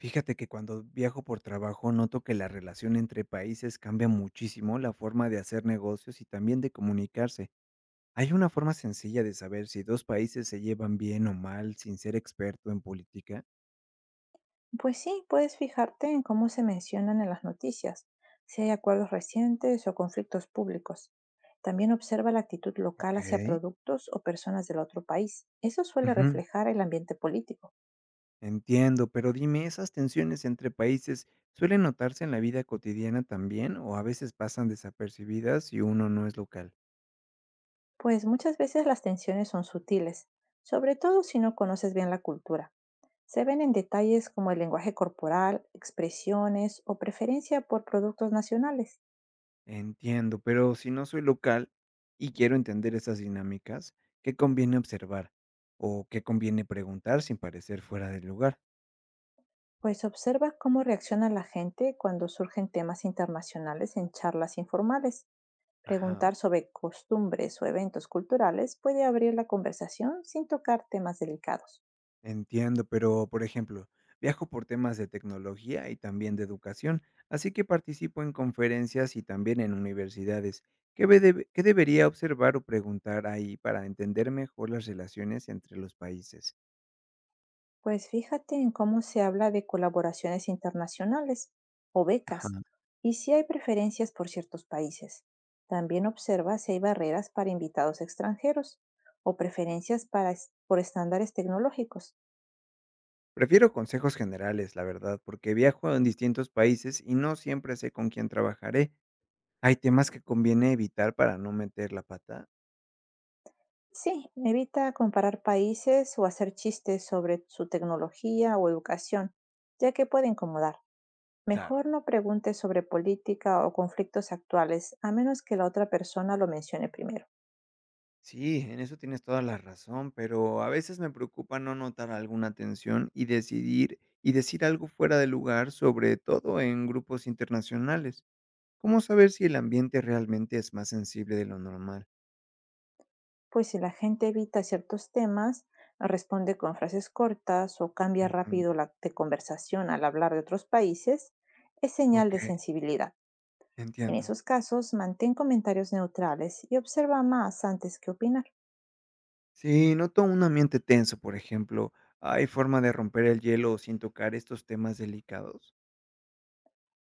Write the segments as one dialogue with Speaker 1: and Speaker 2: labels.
Speaker 1: Fíjate que cuando viajo por trabajo noto que la relación entre países cambia muchísimo la forma de hacer negocios y también de comunicarse. ¿Hay una forma sencilla de saber si dos países se llevan bien o mal sin ser experto en política?
Speaker 2: Pues sí, puedes fijarte en cómo se mencionan en las noticias, si hay acuerdos recientes o conflictos públicos. También observa la actitud local
Speaker 1: Ok.
Speaker 2: hacia productos o personas del otro país. Eso suele
Speaker 1: Ujú.
Speaker 2: reflejar el ambiente político.
Speaker 1: Entiendo, pero dime, ¿esas tensiones entre países suelen notarse en la vida cotidiana también o a veces pasan desapercibidas si uno no es local?
Speaker 2: Pues muchas veces las tensiones son sutiles, sobre todo si no conoces bien la cultura. Se ven en detalles como el lenguaje corporal, expresiones o preferencia por productos nacionales.
Speaker 1: Entiendo, pero si no soy local y quiero entender esas dinámicas, ¿qué conviene observar? ¿O qué conviene preguntar sin parecer fuera del lugar?
Speaker 2: Pues observa cómo reacciona la gente cuando surgen temas internacionales en charlas informales.
Speaker 1: Ajá.
Speaker 2: Preguntar sobre costumbres o eventos culturales puede abrir la conversación sin tocar temas delicados.
Speaker 1: Entiendo, pero por ejemplo, viajo por temas de tecnología y también de educación, así que participo en conferencias y también en universidades. ¿Qué debería observar o preguntar ahí para entender mejor las relaciones entre los países?
Speaker 2: Pues fíjate en cómo se habla de colaboraciones internacionales o
Speaker 1: Ajá.
Speaker 2: becas y si hay preferencias por ciertos países. También observa si hay barreras para invitados extranjeros o preferencias por estándares tecnológicos.
Speaker 1: Prefiero consejos generales, la verdad, porque viajo en distintos países y no siempre sé con quién trabajaré. ¿Hay temas que conviene evitar para no meter la pata?
Speaker 2: Sí, evita comparar países o hacer chistes sobre su tecnología o educación, ya que puede incomodar.
Speaker 1: Claro.
Speaker 2: Mejor no preguntes sobre política o conflictos actuales, a menos que la otra persona lo mencione primero.
Speaker 1: Sí, en eso tienes toda la razón, pero a veces me preocupa no notar alguna tensión y decidir y decir algo fuera de lugar, sobre todo en grupos internacionales. ¿Cómo saber si el ambiente realmente es más sensible de lo normal?
Speaker 2: Pues si la gente evita ciertos temas, responde con frases cortas o cambia
Speaker 1: Ujú.
Speaker 2: rápido la de conversación al hablar de otros países, es señal
Speaker 1: Ok,
Speaker 2: de sensibilidad. En
Speaker 1: entiendo.
Speaker 2: esos casos, mantén comentarios neutrales y observa más antes que opinar.
Speaker 1: Si noto un ambiente tenso, por ejemplo, ¿hay forma de romper el hielo sin tocar estos temas delicados?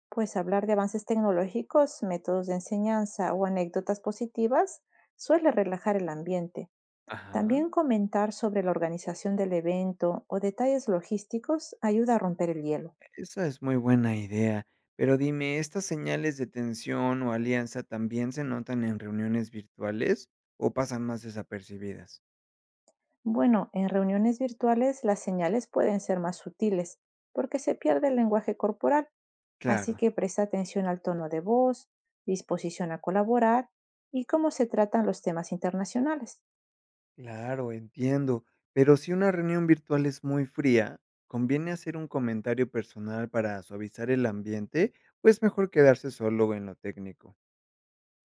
Speaker 2: Pues hablar de avances tecnológicos, métodos de enseñanza o anécdotas positivas suele relajar el ambiente.
Speaker 1: Ajá.
Speaker 2: También comentar sobre la organización del evento o detalles logísticos ayuda a romper el hielo.
Speaker 1: Esa es muy buena idea, pero dime, ¿estas señales de tensión o alianza también se notan en reuniones virtuales o pasan más desapercibidas?
Speaker 2: Bueno, en reuniones virtuales las señales pueden ser más sutiles porque se pierde el lenguaje corporal, así
Speaker 1: Claro.
Speaker 2: que presta atención al tono de voz, disposición a colaborar y cómo se tratan los temas internacionales.
Speaker 1: Claro, entiendo, pero si una reunión virtual es muy fría, ¿conviene hacer un comentario personal para suavizar el ambiente o es mejor quedarse solo en lo técnico?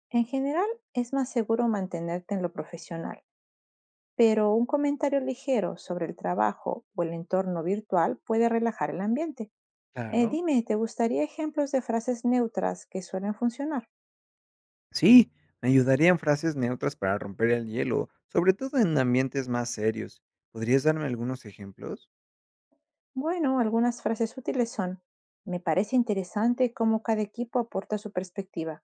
Speaker 2: En general, es más seguro mantenerte en lo profesional, pero un comentario ligero sobre el trabajo o el entorno virtual puede relajar el ambiente.
Speaker 1: Claro.
Speaker 2: Dime, ¿te gustaría ejemplos de frases neutras que suelen funcionar?
Speaker 1: Sí, me ayudarían frases neutras para romper el hielo, sobre todo en ambientes más serios. ¿Podrías darme algunos ejemplos?
Speaker 2: Bueno, algunas frases útiles son: me parece interesante cómo cada equipo aporta su perspectiva.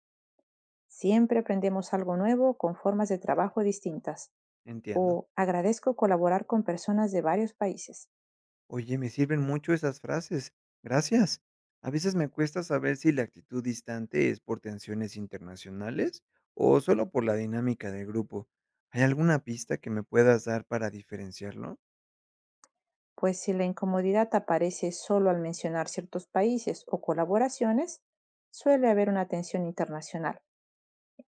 Speaker 2: Siempre aprendemos algo nuevo con formas de trabajo distintas.
Speaker 1: Entiendo.
Speaker 2: O agradezco colaborar con personas de varios países.
Speaker 1: Oye, me sirven mucho esas frases. Gracias. A veces me cuesta saber si la actitud distante es por tensiones internacionales o solo por la dinámica del grupo. ¿Hay alguna pista que me puedas dar para diferenciarlo?
Speaker 2: Pues si la incomodidad aparece solo al mencionar ciertos países o colaboraciones, suele haber una tensión internacional.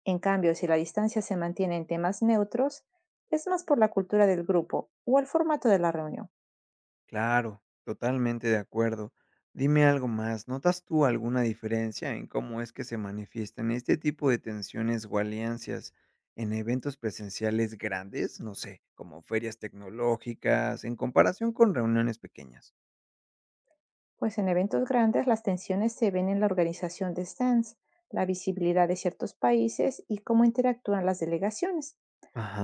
Speaker 2: En cambio, si la distancia se mantiene en temas neutros, es más por la cultura del grupo o el formato de la reunión.
Speaker 1: Claro, totalmente de acuerdo. Dime algo más, ¿notas tú alguna diferencia en cómo es que se manifiestan este tipo de tensiones o alianzas en eventos presenciales grandes? No sé, como ferias tecnológicas, en comparación con reuniones pequeñas.
Speaker 2: Pues en eventos grandes las tensiones se ven en la organización de stands, la visibilidad de ciertos países y cómo interactúan las delegaciones.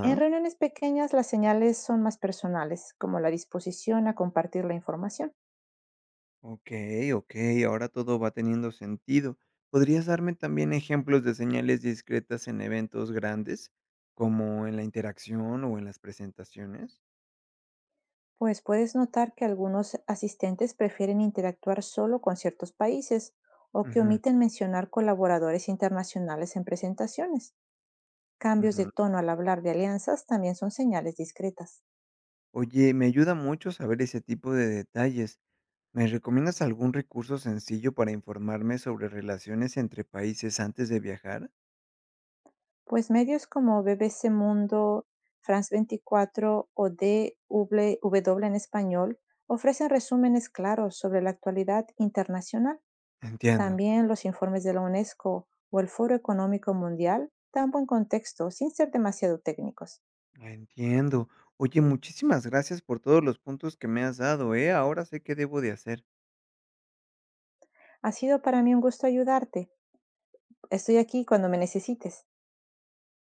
Speaker 2: En reuniones pequeñas las señales son más personales, como la disposición a compartir la información.
Speaker 1: ok, ok, ahora todo va teniendo sentido. ¿Podrías darme también ejemplos de señales discretas en eventos grandes, como en la interacción o en las presentaciones?
Speaker 2: Pues puedes notar que algunos asistentes prefieren interactuar solo con ciertos países o que
Speaker 1: Ujú,
Speaker 2: omiten mencionar colaboradores internacionales en presentaciones. Cambios de
Speaker 1: ujú.
Speaker 2: tono al hablar de alianzas también son señales discretas.
Speaker 1: Oye, me ayuda mucho saber ese tipo de detalles. ¿Me recomiendas algún recurso sencillo para informarme sobre relaciones entre países antes de viajar?
Speaker 2: Pues medios como BBC Mundo, France 24 o DW en español ofrecen resúmenes claros sobre la actualidad internacional.
Speaker 1: Entiendo,
Speaker 2: También los informes de la UNESCO o el Foro Económico Mundial dan buen contexto sin ser demasiado técnicos.
Speaker 1: entiendo. Oye, muchísimas gracias por todos los puntos que me has dado, ¿eh? Ahora sé qué debo de hacer.
Speaker 2: Ha sido para mí un gusto ayudarte. Estoy aquí cuando me necesites.